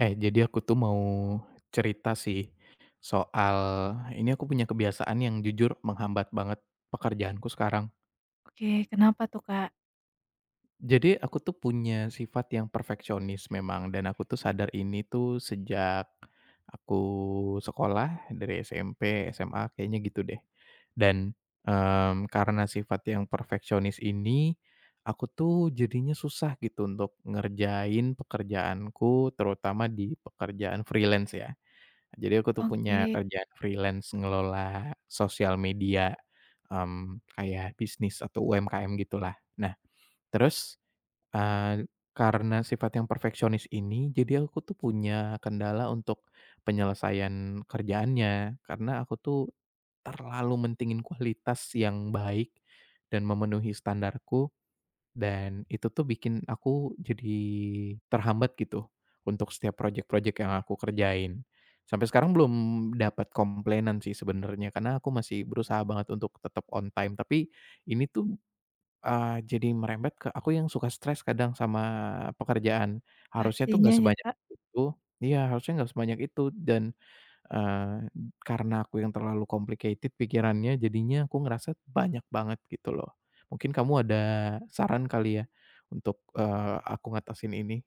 Eh, jadi aku tuh mau cerita sih soal ini, aku punya kebiasaan yang jujur menghambat banget pekerjaanku sekarang. Oke, kenapa tuh, Kak? Jadi aku tuh punya sifat yang perfeksionis memang, dan aku tuh sadar ini tuh sejak aku sekolah dari SMP, SMA kayaknya gitu deh. Dan, karena sifat yang perfeksionis ini, aku tuh jadinya susah gitu untuk ngerjain pekerjaanku, terutama di pekerjaan freelance ya. Jadi aku tuh punya Oke, kerjaan freelance ngelola sosial media, kayak bisnis atau UMKM gitulah. Nah terus, eee, karena sifat yang perfeksionis ini, jadi aku tuh punya kendala untuk penyelesaian kerjaannya. Karena aku tuh terlalu mentingin kualitas yang baik dan memenuhi standarku, dan itu tuh bikin aku jadi terhambat gitu untuk setiap projek-projek yang aku kerjain. Sampai sekarang belum dapat komplainan sih sebenarnya, karena aku masih berusaha banget untuk tetap on time. Tapi ini tuh, jadi merembet ke aku yang suka stres kadang sama pekerjaan. Harusnya tuh pastinya nggak ya, sebanyak Kak. itu, iya, harusnya nggak sebanyak itu dan Eee, karena aku yang terlalu complicated pikirannya, jadinya aku ngerasa banyak banget gitu loh. Mungkin kamu ada saran kali ya untuk, aku ngatasin ini?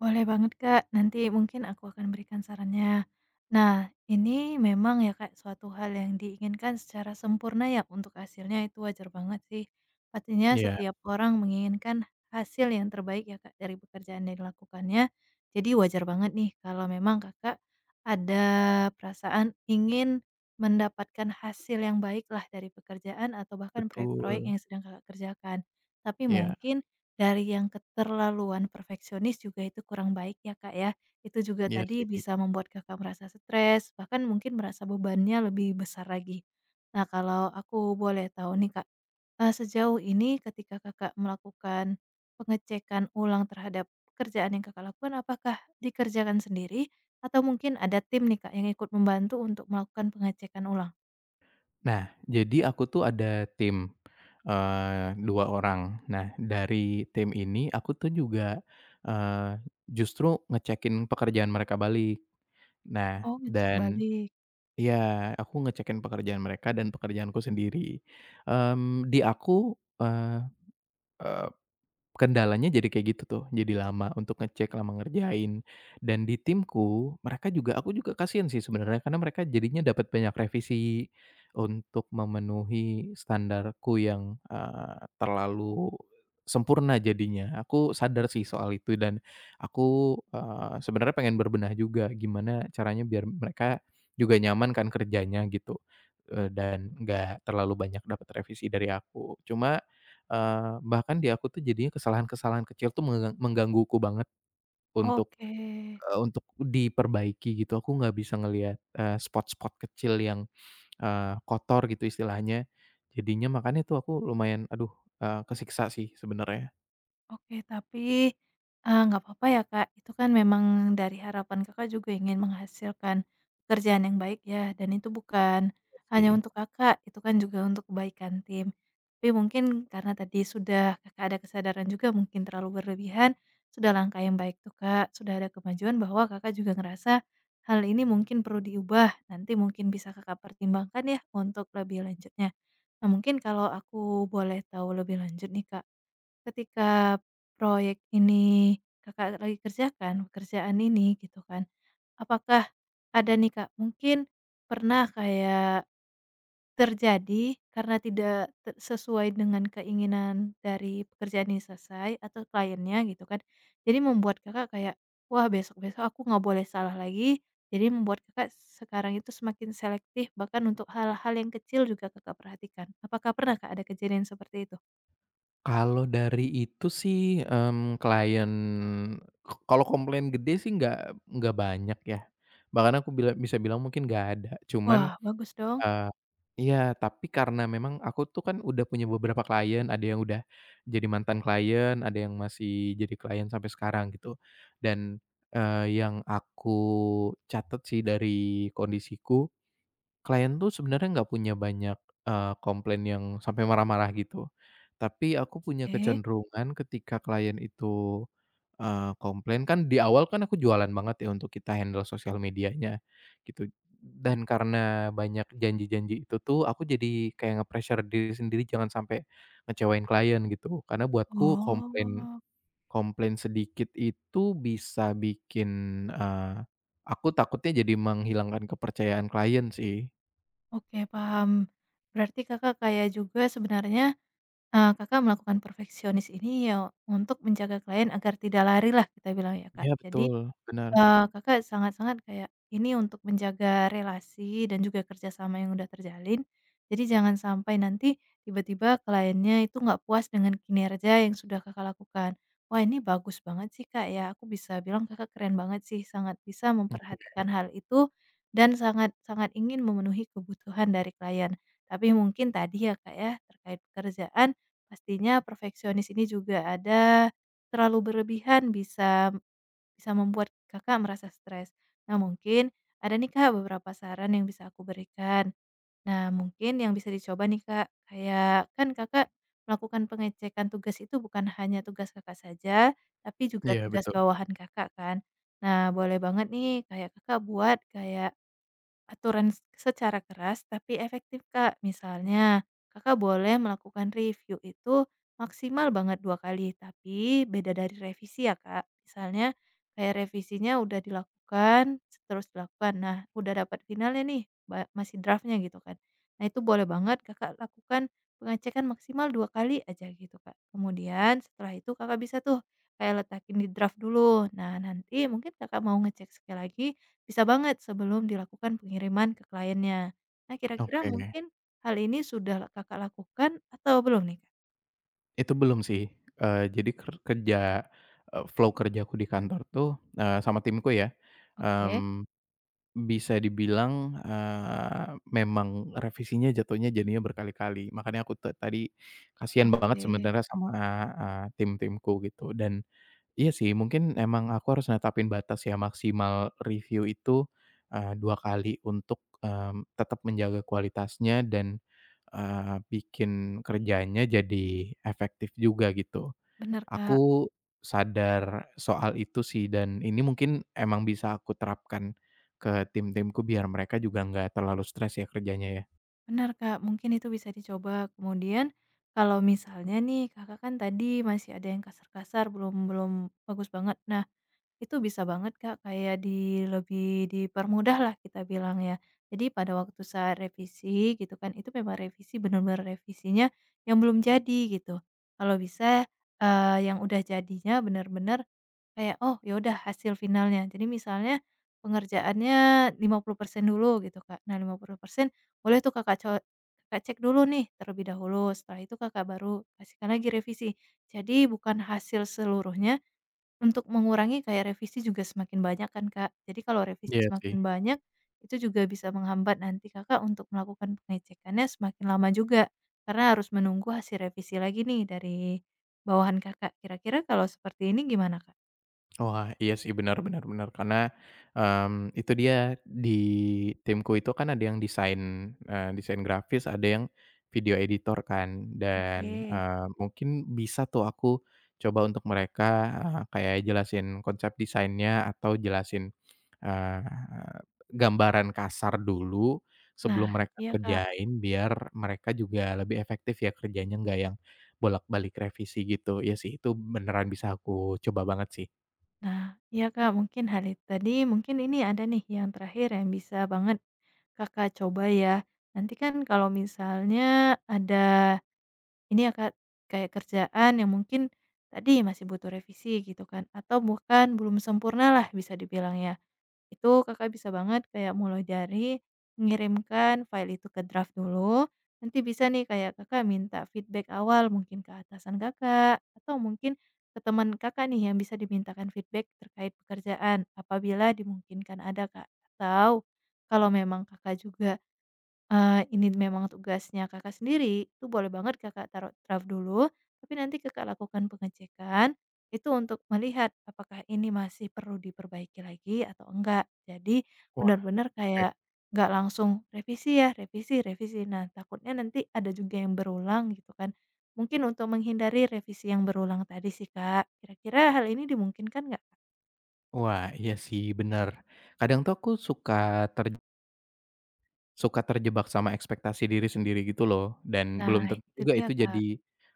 Boleh banget, Kak. Nanti mungkin aku akan berikan sarannya. Nah, ini memang ya, Kak, suatu hal yang diinginkan secara sempurna ya untuk hasilnya itu wajar banget sih. Pastinya Iya, setiap orang menginginkan hasil yang terbaik ya, Kak, dari pekerjaan yang dilakukannya. Jadi wajar banget nih kalau memang Kakak ada perasaan ingin mendapatkan hasil yang baik lah dari pekerjaan atau bahkan proyek-proyek betul. yang sedang Kakak kerjakan. Tapi Iya, mungkin dari yang keterlaluan perfeksionis juga itu kurang baik ya, Kak, ya. Itu juga iya tadi sih. bisa membuat Kakak merasa stres, bahkan mungkin merasa bebannya lebih besar lagi. Nah, kalau aku boleh tahu nih, Kak, sejauh ini ketika Kakak melakukan pengecekan ulang terhadap pekerjaan yang Kakak lakukan, apakah dikerjakan sendiri atau mungkin ada tim nih, Kak, yang ikut membantu untuk melakukan pengecekan ulang? Nah, jadi aku tuh ada tim, 2 orang. Nah, dari tim ini aku tuh juga, eee, justru ngecekin pekerjaan mereka balik. Nah, Oh, ngecek dan balik. Iya, aku ngecekin pekerjaan mereka dan pekerjaanku sendiri. Mmm, di aku, eee eee, Kendalanya jadi kayak gitu tuh, jadi lama untuk ngecek, lama ngerjain. Dan di timku, mereka juga, aku juga kasihan sih sebenarnya, karena mereka jadinya dapat banyak revisi untuk memenuhi standarku yang, terlalu sempurna jadinya. Aku sadar sih soal itu, dan aku, sebenarnya pengen berbenah juga, gimana caranya biar mereka juga nyaman kan kerjanya gitu, dan nggak terlalu banyak dapat revisi dari aku. Cuma bahkan di aku tuh jadinya kesalahan-kesalahan kecil tuh menggangguku banget untuk, Oke. Diperbaiki gitu. Aku nggak bisa ngelihat, spot-spot kecil yang, kotor gitu istilahnya. Jadinya makanya tuh aku lumayan, aduh, kesiksa sih sebenarnya. Oke, tapi, nggak apa-apa ya, Kak, itu kan memang dari harapan Kakak juga ingin menghasilkan pekerjaan yang baik ya, dan itu bukan hanya Oke. untuk Kakak, itu kan juga untuk kebaikan tim. Tapi mungkin karena tadi sudah Kakak ada kesadaran juga mungkin terlalu berlebihan, sudah langkah yang baik tuh, Kak, sudah ada kemajuan bahwa Kakak juga ngerasa hal ini mungkin perlu diubah, nanti mungkin bisa Kakak pertimbangkan ya untuk lebih lanjutnya. Nah, mungkin kalau aku boleh tahu lebih lanjut nih, Kak, ketika proyek ini Kakak lagi kerjakan, pekerjaan ini gitu kan, apakah ada nih Kak, mungkin pernah kayak terjadi karena tidak sesuai dengan keinginan dari pekerjaan ini selesai atau kliennya gitu kan, jadi membuat Kakak kayak, "Wah besok-besok aku nggak boleh salah lagi," jadi membuat Kakak sekarang itu semakin selektif bahkan untuk hal-hal yang kecil juga Kakak perhatikan. Apakah pernah Kak, ada kejadian seperti itu? Kalau dari itu sih, klien, kalau komplain gede sih nggak banyak ya. Bahkan aku bila bisa bilang mungkin nggak ada. Cuman, Wah bagus dong, Eee, iya, tapi karena memang aku tuh kan udah punya beberapa klien, ada yang udah jadi mantan klien, ada yang masih jadi klien sampai sekarang gitu. Dan, yang aku catat sih dari kondisiku, klien tuh sebenarnya nggak punya banyak, komplain yang sampai marah-marah gitu. Tapi aku punya oke. kecenderungan ketika klien itu, komplain. Kan di awal kan aku jualan banget ya untuk kita handle sosial medianya gitu. Dan karena banyak janji-janji itu tuh, aku jadi kayak nge-pressure diri sendiri, jangan sampai ngecewain klien gitu. Karena buatku, komplain Oh, komplain sedikit itu bisa bikin, eee, aku takutnya jadi menghilangkan kepercayaan klien sih. oke paham. Berarti Kakak kayak juga sebenarnya, Kakak melakukan perfeksionis ini ya untuk menjaga klien agar tidak lari lah kita bilang ya, Kak. Iya, Jadi, betul, benar. Kakak sangat-sangat kayak ini untuk menjaga relasi dan juga kerjasama yang udah terjalin. Jadi jangan sampai nanti tiba-tiba kliennya itu nggak puas dengan kinerja yang sudah Kakak lakukan. Wah, ini bagus banget sih, Kak, ya, aku bisa bilang Kakak keren banget sih, sangat bisa Oke. memperhatikan hal itu dan sangat sangat ingin memenuhi kebutuhan dari klien. Tapi mungkin tadi ya, Kak, ya, terkait pekerjaan pastinya perfeksionis ini juga ada terlalu berlebihan bisa bisa membuat Kakak merasa stres. Nah, mungkin ada nih, Kak, beberapa saran yang bisa aku berikan. Nah, mungkin yang bisa dicoba nih, Kak, kayak kan Kakak melakukan pengecekan tugas itu bukan hanya tugas Kakak saja, tapi juga Iya, tugas betul. bawahan Kakak kan. Nah, boleh banget nih kayak Kakak buat kayak aturan secara keras tapi efektif, Kak. Misalnya, Kakak boleh melakukan review itu maksimal banget 2 kali, tapi beda dari revisi ya, Kak. Misalnya kayak revisinya udah dilakukan, terus dilakukan, nah udah dapat finalnya nih, masih draftnya gitu kan. Nah, itu boleh banget Kakak lakukan pengecekan maksimal 2 kali aja gitu, Kak. Kemudian setelah itu Kakak bisa tuh kayak letakin di draft dulu. Nah, nanti mungkin Kakak mau ngecek sekali lagi, bisa banget sebelum dilakukan pengiriman ke kliennya. Nah, kira-kira Oke. mungkin hal ini sudah Kakak lakukan atau belum nih, Kak? Itu belum sih, jadi flow kerjaku di kantor tuh, sama timku ya, Oke, mmm, bisa dibilang, eee, memang revisinya jatuhnya jadinya berkali-kali. Makanya aku tuh tadi kasihan banget oke. sebenarnya sama, tim-timku gitu. Iya sih, mungkin emang aku harus netapin batas ya, maksimal review itu, 2 kali, untuk, tetap menjaga kualitasnya dan, bikin kerjanya jadi efektif juga gitu. Benar, Kak. Aku sadar soal itu sih, dan ini mungkin emang bisa aku terapkan ke tim-timku biar mereka juga nggak terlalu stres ya kerjanya ya. Benar, Kak, mungkin itu bisa dicoba. Kemudian kalau misalnya nih Kakak kan tadi masih ada yang kasar-kasar belum belum bagus banget. Nah, itu bisa banget Kak, kayak di lebih dipermudah lah kita bilang ya. Jadi pada waktu saat revisi gitu kan, itu memang revisi benar-benar revisinya yang belum jadi gitu. Kalau bisa, yang udah jadinya benar-benar kayak, "Oh ya udah hasil finalnya." Jadi misalnya pengerjaannya 50% dulu gitu Kak. Nah, 50% boleh tuh Kakak Kakak cek dulu nih terlebih dahulu, setelah itu Kakak baru kasihkan lagi revisi. Jadi bukan hasil seluruhnya, untuk mengurangi kayak revisi juga semakin banyak kan, Kak. Jadi kalau revisi Iya sih. semakin banyak, itu juga bisa menghambat nanti Kakak untuk melakukan pengecekannya semakin lama juga, karena harus menunggu hasil revisi lagi nih dari bawahan Kakak. Kira-kira kalau seperti ini gimana, Kak? Wah, iya sih, benar benar benar. Karena, itu dia, di timku itu kan ada yang desain grafis, ada yang video editor kan. Dan, Oke. Mungkin bisa tuh aku coba untuk mereka, kayak jelasin konsep desainnya atau jelasin, eee, gambaran kasar dulu Nah, sebelum mereka iya Kak. kerjain, biar mereka juga lebih efektif ya kerjanya, nggak yang bolak-balik revisi gitu. Iya sih, itu beneran bisa aku coba banget sih. Nah, iya Kak, mungkin hal itu tadi, mungkin ini ada nih yang terakhir yang bisa banget Kakak coba ya. Nanti kan kalau misalnya ada ini ya Kak, kayak kerjaan yang mungkin tadi masih butuh revisi gitu kan, atau bukan belum sempurna lah bisa dibilang ya. Itu Kakak bisa banget kayak mulai dari mengirimkan file itu ke draft dulu, nanti bisa nih kayak Kakak minta feedback awal mungkin ke atasan Kakak, atau mungkin ke teman Kakak nih yang bisa dimintakan feedback terkait pekerjaan, apabila dimungkinkan ada Kak. Atau kalau memang Kakak juga ini memang tugasnya Kakak sendiri, itu boleh banget Kakak taruh draft dulu, tapi nanti Kakak lakukan pengecekan, itu untuk melihat apakah ini masih perlu diperbaiki lagi atau enggak. Jadi benar-benar Oke. kayak nggak langsung revisi ya, revisi revisi. Nah, takutnya nanti ada juga yang berulang gitu kan. Mungkin untuk menghindari revisi yang berulang tadi sih, Kak. Kira-kira hal ini dimungkinkan nggak, Kak? Wah, iya sih bener. Kadang tuh aku suka ter terjebak sama ekspektasi diri sendiri gitu loh, dan Nah, belum tentu itu juga dia, itu Kak. jadi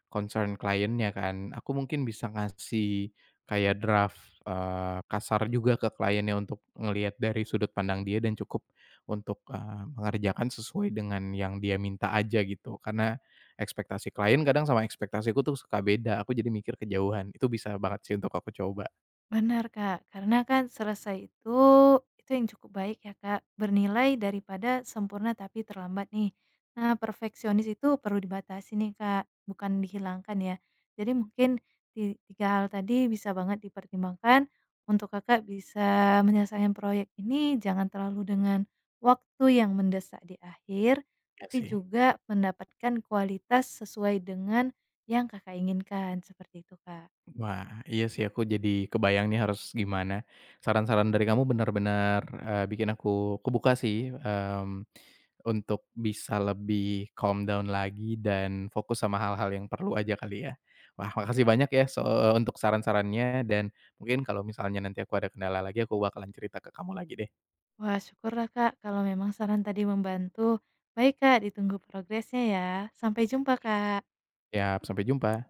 concern kliennya kan. Aku mungkin bisa ngasih kayak draft, kasar juga ke kliennya, untuk ngelihat dari sudut pandang dia dan cukup untuk, mengerjakan sesuai dengan yang dia minta aja gitu. Karena ekspektasi klien kadang sama ekspektasiku tuh suka beda, aku jadi mikir kejauhan. Itu bisa banget sih untuk aku coba. Benar, Kak, karena kan selesai itu yang cukup baik ya, Kak, bernilai daripada sempurna tapi terlambat nih. Nah, perfeksionis itu perlu dibatasi nih, Kak, bukan dihilangkan ya. Jadi mungkin tiga hal tadi bisa banget dipertimbangkan untuk Kakak bisa menyelesaikan proyek ini jangan terlalu dengan waktu yang mendesak di akhir, Iya tapi sih. juga mendapatkan kualitas sesuai dengan yang Kakak inginkan, seperti itu, Kak. Wah, iya sih, aku jadi kebayang nih harus gimana. Saran-saran dari kamu benar-benar, bikin aku kebuka sih, untuk bisa lebih calm down lagi dan fokus sama hal-hal yang perlu aja kali ya. Wah, makasih banyak ya, untuk saran-sarannya, dan mungkin kalau misalnya nanti aku ada kendala lagi, aku bakalan cerita ke kamu lagi deh. Wah, syukurlah, Kak, kalau memang saran tadi membantu. Baik, Kak, ditunggu progresnya ya. Sampai jumpa, Kak. Ya, sampai jumpa.